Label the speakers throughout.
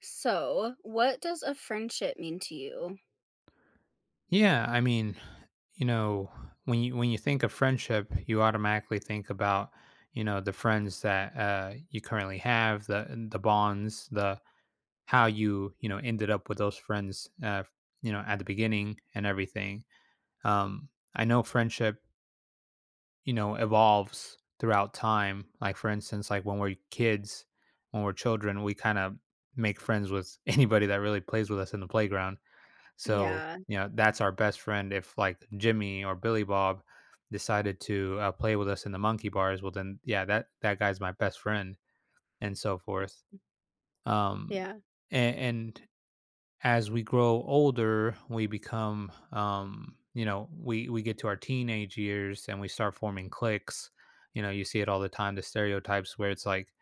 Speaker 1: So, what does a friendship mean to you?
Speaker 2: Yeah, I mean, you know, when you think of friendship, you automatically think about, the friends that you currently have, the bonds, the how you you know ended up with those friends, at the beginning and everything. Um, I know friendship, evolves throughout time. Like, for instance, like when we're kids, when we're children, we kind of make friends with anybody that really plays with us in the playground, so
Speaker 1: Yeah,
Speaker 2: that's our best friend. If, like, Jimmy or Billy Bob decided to play with us in the monkey bars, well, then yeah, that guy's my best friend, and so forth. Um,
Speaker 1: yeah,
Speaker 2: and as we grow older, we become, we get to our teenage years, and we start forming cliques. You see it all the time. The stereotypes, where it's like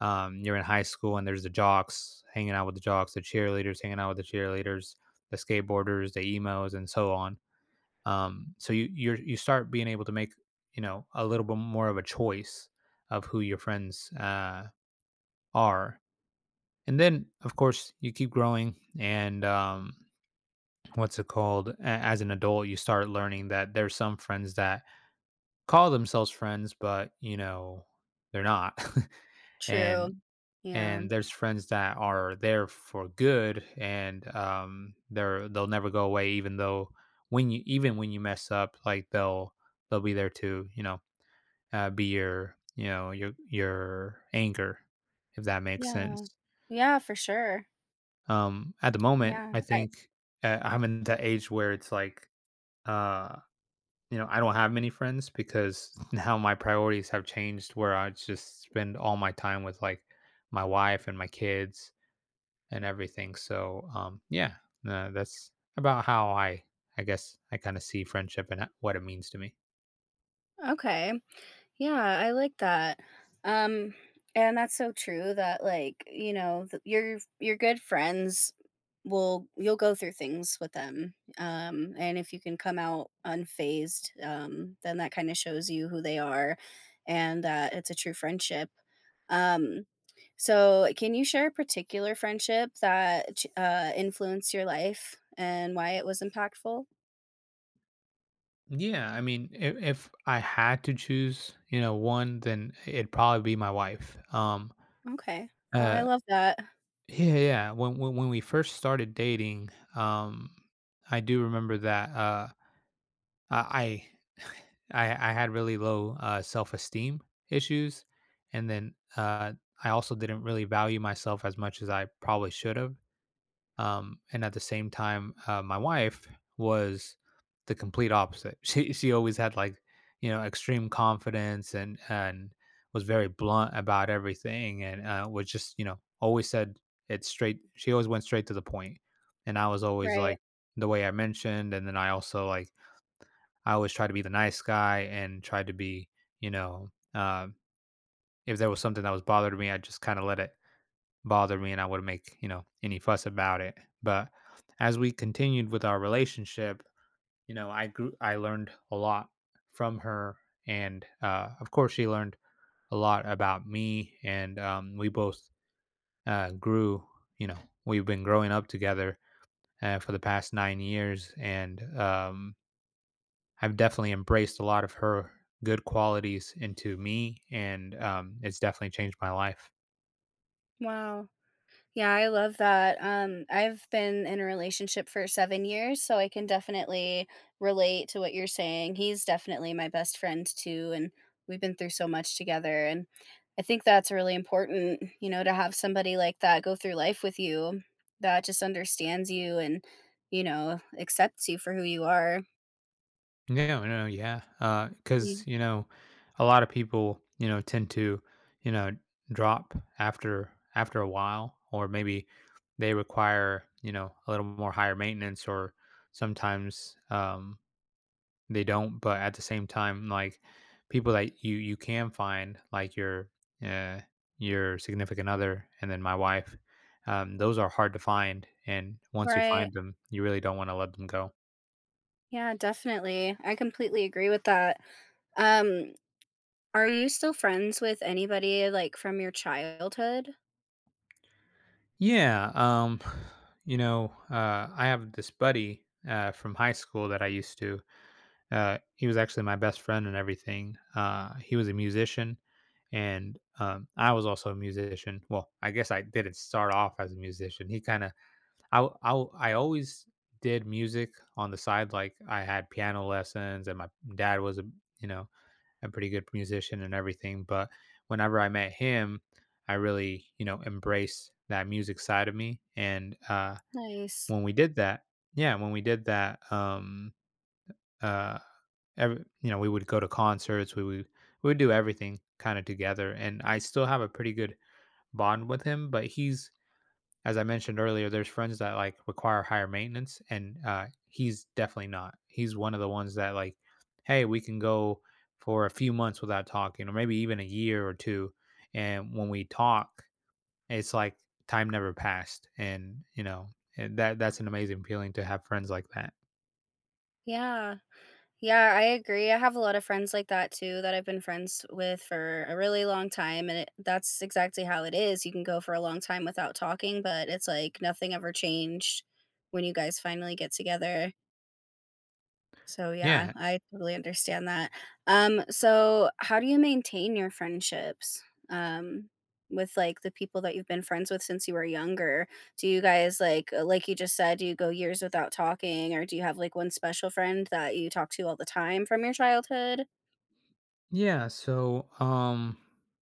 Speaker 2: you're in high school and there's the jocks hanging out with the jocks, the cheerleaders hanging out with the cheerleaders, the skateboarders, the emos, and so on. So you start being able to make a little bit more of a choice of who your friends are, and then, of course, you keep growing and what's it called? As an adult, you start learning that there's some friends that call themselves friends, but you know they're not.
Speaker 1: true.
Speaker 2: and
Speaker 1: Yeah,
Speaker 2: and there's friends that are there for good, and they'll never go away, even though when you even when you mess up, like they'll be there to be your you know your anger, if that makes
Speaker 1: yeah,
Speaker 2: sense.
Speaker 1: yeah, for sure.
Speaker 2: At the moment,
Speaker 1: Yeah,
Speaker 2: I
Speaker 1: I
Speaker 2: think, I'm in that age where it's like uh I don't have many friends, because now my priorities have changed, where I just spend all my time with, like, my wife and my kids and everything. So, yeah, that's about how I guess I kind of see friendship and what it means to me.
Speaker 1: okay. Yeah, I like that. Um, and that's so true that like, you know, your good friends will you'll go through things with them. And if you can come out unfazed, then that kind of shows you who they are and that it's a true friendship. Um, so can you share a particular friendship that influenced your life and why it was impactful?
Speaker 2: Yeah, I mean, if I had to choose, one, then it'd probably be my wife.
Speaker 1: Okay. Well, I
Speaker 2: Uh,
Speaker 1: love that.
Speaker 2: yeah, yeah. When when we first started dating, um, I do remember that I I had really low, self esteem issues, and then I also didn't really value myself as much as I probably should have, and at the same time, my wife was the complete opposite. She always had, like, extreme confidence, and was very blunt about everything, and was just always said it straight. She always went straight to the point, and I was always
Speaker 1: Right.
Speaker 2: like the way I mentioned, and then I also, like, I always tried to be the nice guy and tried to be, you know uh, if there was something that was bothering me, I just kind of let it bother me, and I wouldn't make, any fuss about it. But as we continued with our relationship, I grew, I learned a lot from her, and of course she learned a lot about me, and we both grew. you know, we've been growing up together for the past 9 years, and I've definitely embraced a lot of her good qualities into me, and it's definitely changed my life.
Speaker 1: Wow. Yeah, I love that. I've been in a relationship for 7 years, so I can definitely relate to what you're saying. He's definitely my best friend too, and we've been through so much together, and I think that's really important, you know, to have somebody like that go through life with you that just understands you and, you know, accepts you for who you are.
Speaker 2: No, no, yeah. 'Cause,
Speaker 1: Mm.
Speaker 2: a lot of people, tend to, you know, drop after a while, or maybe they require, a little more higher maintenance, or sometimes they don't, but at the same time, like, people that you can find, like uh your significant other, and then my wife, those are hard to find. And once you
Speaker 1: Right.
Speaker 2: find them, you really don't want to let them go.
Speaker 1: Yeah, definitely. I completely agree with that. Um, are you still friends with anybody like from your childhood?
Speaker 2: Yeah, I have this buddy, from high school that I used to. He was actually my best friend and everything. He was a musician, and I was also a musician. Well, I guess I didn't start off as a musician. He kind of— I always did music on the side. Like, I had piano lessons, and my dad was you know, a pretty good musician and everything. But whenever I met him, I really, embraced that music side of me. And
Speaker 1: Nice.
Speaker 2: when we did that, yeah, when we did that, uh, we would go to concerts, we would do everything kind of together. And I still have a pretty good bond with him, but he's— as I mentioned earlier, there's friends that, like, require higher maintenance, and he's definitely not. He's one of the ones that, like, hey, we can go for a few months without talking, or maybe even a year or two, and when we talk, it's like time never passed, and and that's an amazing feeling to have friends like that.
Speaker 1: Yeah. Yeah, I agree. I have a lot of friends like that too that I've been friends with for a really long time. That's exactly how it is. You can go for a long time without talking, but it's like nothing ever changed when you guys finally get together. So, yeah,
Speaker 2: Yeah,
Speaker 1: I totally understand that. So how do you maintain your friendships, um, with, like, the people that you've been friends with since you were younger? Do you guys, like you just said, do you go years without talking, or do you have, like, one special friend that you talk to all the time from your childhood?
Speaker 2: yeah, so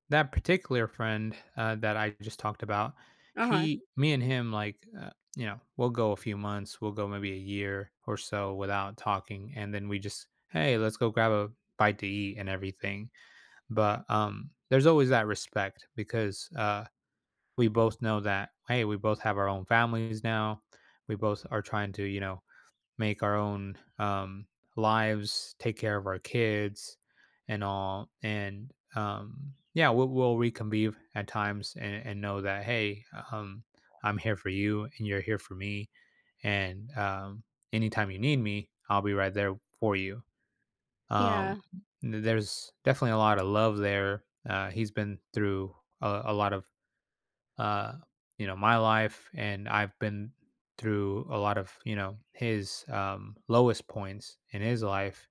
Speaker 2: that particular friend, that I just talked about,
Speaker 1: Uh-huh.
Speaker 2: he me and him, like, we'll go a few months, we'll go maybe a year or so without talking, and then we just— hey, let's go grab a bite to eat and everything. But there's always that respect, because we both know that, hey, we both have our own families now. We both are trying to, make our own lives, take care of our kids, and all. And yeah, we'll reconvene at times, and know that, hey, um, I'm here for you, and you're here for me. And anytime you need me, I'll be right there for you. Um,
Speaker 1: Yeah,
Speaker 2: there's definitely a lot of love there. He's been through a lot of, uh, my life, and I've been through a lot of, his lowest points in his life.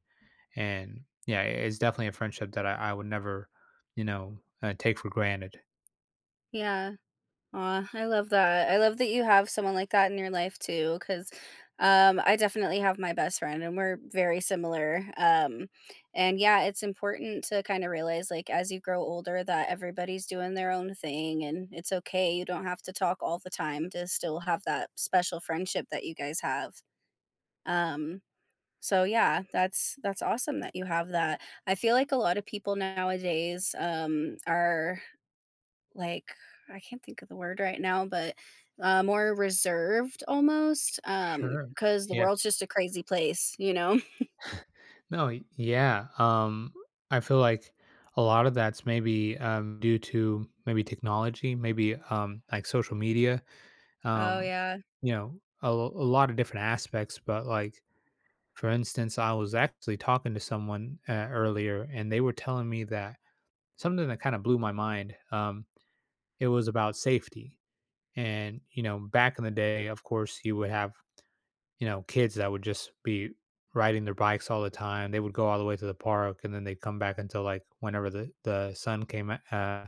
Speaker 2: And yeah, it's definitely a friendship that I would never, take for granted.
Speaker 1: yeah. Aw, I love that. I love that you have someone like that in your life too, 'cause, I definitely have my best friend and we're very similar. And yeah, it's important to kind of realize, like, as you grow older, that everybody's doing their own thing and it's okay. You don't have to talk all the time to still have that special friendship that you guys have. Um, so yeah, that's awesome that you have that. I feel like a lot of people nowadays, are like I can't think of the word right now, but more reserved almost,
Speaker 2: Sure.
Speaker 1: because the world's
Speaker 2: Yes.
Speaker 1: just a crazy place, you know?
Speaker 2: No, yeah. I feel like a lot of that's maybe due to, maybe, technology, maybe like, social media,
Speaker 1: Oh
Speaker 2: um,
Speaker 1: yeah,
Speaker 2: a lot of different aspects, but, like, for instance, I was actually talking to someone earlier, and they were telling me that something that kind of blew my mind. It was about safety, and back in the day, of course, you would have, kids that would just be riding their bikes all the time. They would go all the way to the park, and then they'd come back until, like, whenever the sun came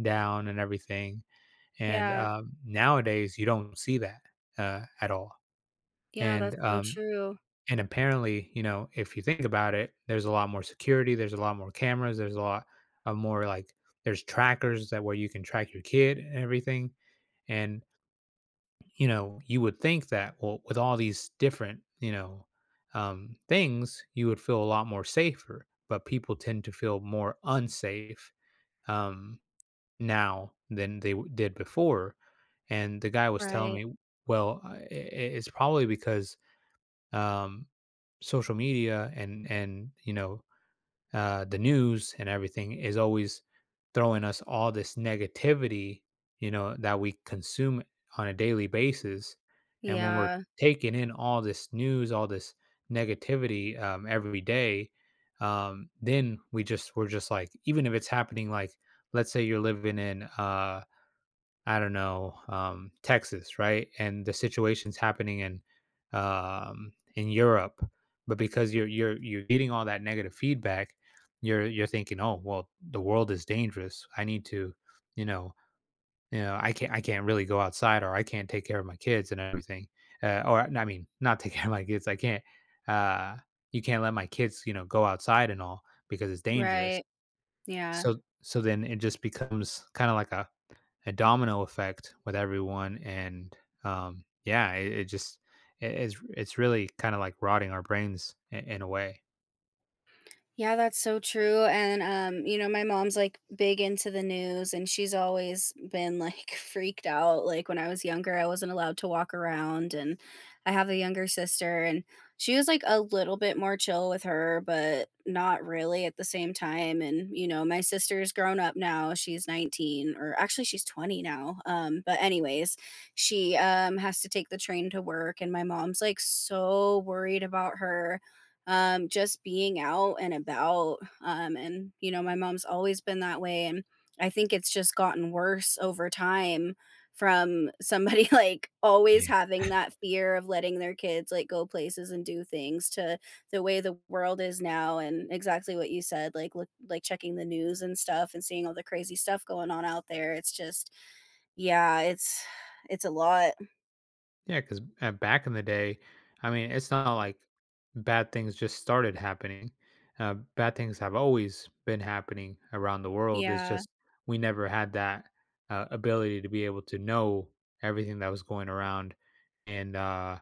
Speaker 2: down and everything. And
Speaker 1: yeah,
Speaker 2: nowadays, you don't see that at all.
Speaker 1: yeah. That's
Speaker 2: And
Speaker 1: so
Speaker 2: um,
Speaker 1: true.
Speaker 2: And apparently, if you think about it, there's a lot more security, there's a lot more cameras, there's a lot of more, like, there's trackers that where you can track your kid and everything. And, you would think that, well, with all these different, things, you would feel a lot more safer. But people tend to feel more unsafe, um, now than they did before. And the guy was telling
Speaker 1: Right.
Speaker 2: me, well, it's probably because um, social media and the news and everything is always throwing us all this negativity, that we consume on a daily basis, and when we're
Speaker 1: Yeah.
Speaker 2: taking in all this news, all this negativity, every day, then we're just, like, even if it's happening, like, let's say you're living in I don't know— Texas, right? And the situation's happening in Europe, but because you're getting all that negative feedback, you're thinking, oh well, the world is dangerous. I need to, you know, I can't really go outside, or I can't take care of my kids and everything. Or I mean, not take care of my kids. I can't. Uh, you can't let my kids, go outside and all, because it's dangerous.
Speaker 1: Right. Yeah.
Speaker 2: So then it just becomes kind of like a domino effect with everyone, and yeah, it just— it's really kind of, like, rotting our brains in a way.
Speaker 1: Yeah, that's so true, and, you know, my mom's, like, big into the news, and she's always been, like, freaked out, like, when I was younger, I wasn't allowed to walk around, and I have a younger sister, and she was, like, a little bit more chill with her, but not really at the same time, and, you know, my sister's grown up now, she's 19 or actually, she's 20 now, but anyways, she, has to take the train to work, and my mom's, like, so worried about her just being out and about. And, you know, my mom's always been that way. And I think it's just gotten worse over time from somebody like
Speaker 2: Yeah.
Speaker 1: always having that fear of letting their kids like go places and do things to the way the world is now and exactly what you said, like look like checking the news and stuff and seeing all the crazy stuff going on out there. It's just, yeah, it's a lot.
Speaker 2: Yeah, because back in the day, I mean, it's not like bad things just started happening— bad things have always been happening around the world, it's
Speaker 1: Yeah,
Speaker 2: just we never had that ability to be able to know everything that was going around, and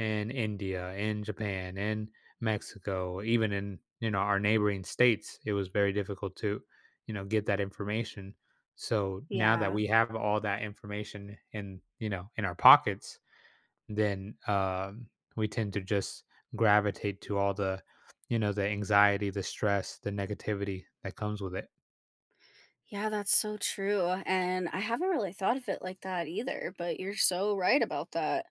Speaker 2: in India, in Japan, in Mexico, even in, our neighboring states, it was very difficult to, get that information. So now that
Speaker 1: yeah.
Speaker 2: we have all that information in you know in our pockets, then we tend to just gravitate to all the you know the anxiety, the stress, the negativity that comes with it.
Speaker 1: Yeah, that's so true. And I haven't really thought of it like that either, but you're so right about that.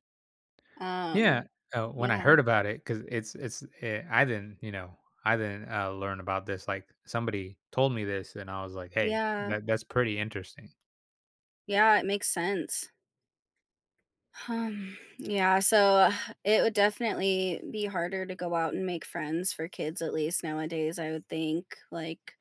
Speaker 2: Yeah,
Speaker 1: Um,
Speaker 2: when I
Speaker 1: yeah,
Speaker 2: heard about it— 'cause, I didn't, learn about this, like, somebody told me this, and I was like, "Hey,
Speaker 1: yeah,
Speaker 2: that's pretty interesting."
Speaker 1: yeah, it makes sense. Yeah, so it would definitely be harder to go out and make friends for kids, at least nowadays, I would think. Like,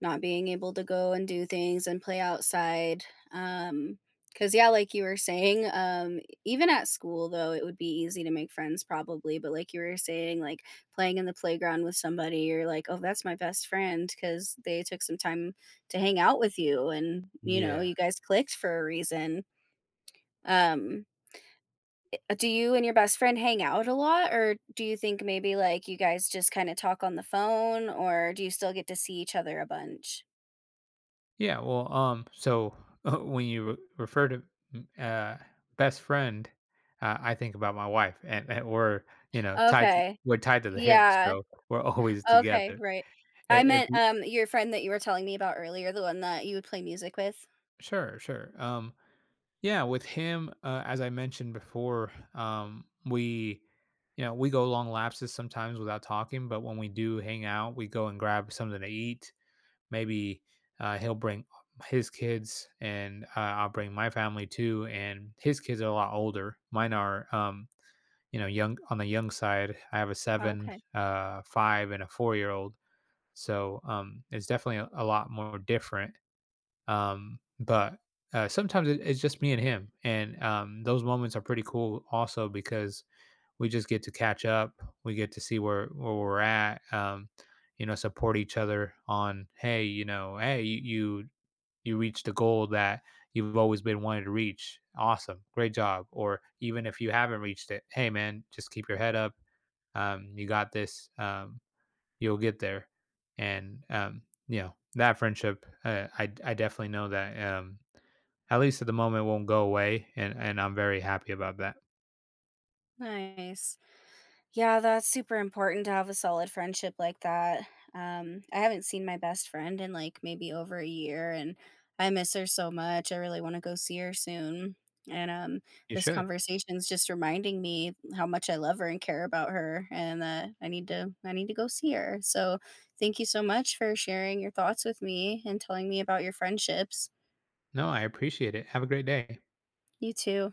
Speaker 1: not being able to go and do things and play outside. Um, cause yeah, like you were saying, even at school though, it would be easy to make friends probably, but like you were saying, like playing in the playground with somebody, you're like, "Oh, that's my best friend, cause they took some time to hang out with you and, you know,
Speaker 2: Yeah.
Speaker 1: you guys clicked for a reason." Um, do you and your best friend hang out a lot, or do you think maybe like you guys just kind of talk on the phone, or do you still get to see each other a bunch?
Speaker 2: Yeah, well, so, when you re refer to, m best friend, I think about my wife, and we're, you know, tied to
Speaker 1: Okay.
Speaker 2: we're tied to the hip,
Speaker 1: Yeah.
Speaker 2: so we're always
Speaker 1: Okay,
Speaker 2: together.
Speaker 1: right.
Speaker 2: I
Speaker 1: I
Speaker 2: if
Speaker 1: meant,
Speaker 2: you
Speaker 1: your friend that you were telling me about earlier, the one that you would play music with.
Speaker 2: Sure, sure, Yeah, with him, as I mentioned before, we, go long lapses sometimes without talking, but when we do hang out, we go and grab something to eat. Maybe he'll bring his kids, and I'll bring my family too. And his kids are a lot older. Mine are, young, on the young side. I have a seven,
Speaker 1: Okay,
Speaker 2: five, and a 4-year old. So, it's definitely a lot more different, but sometimes, it's just me and him, and those moments are pretty cool also, because we just get to catch up. We get to see where we're at. Support each other on, hey, you reached the goal that you've always been wanting to reach. Awesome, great job. Or, even if you haven't reached it, hey man, just keep your head up. You got this. You'll get there. And you know that friendship, I definitely know that, at least at the moment, won't go away, and I'm very happy about that.
Speaker 1: nice. Yeah, that's super important to have a solid friendship like that. I haven't seen my best friend in like maybe over a year and I miss her so much. I really want to go see her soon. And
Speaker 2: You
Speaker 1: this
Speaker 2: should.
Speaker 1: conversation is just reminding me how much I love her and care about her and that I need to go see her. So thank you so much for sharing your thoughts with me and telling me about your friendships.
Speaker 2: No, I appreciate it. Have a great day.
Speaker 1: You too.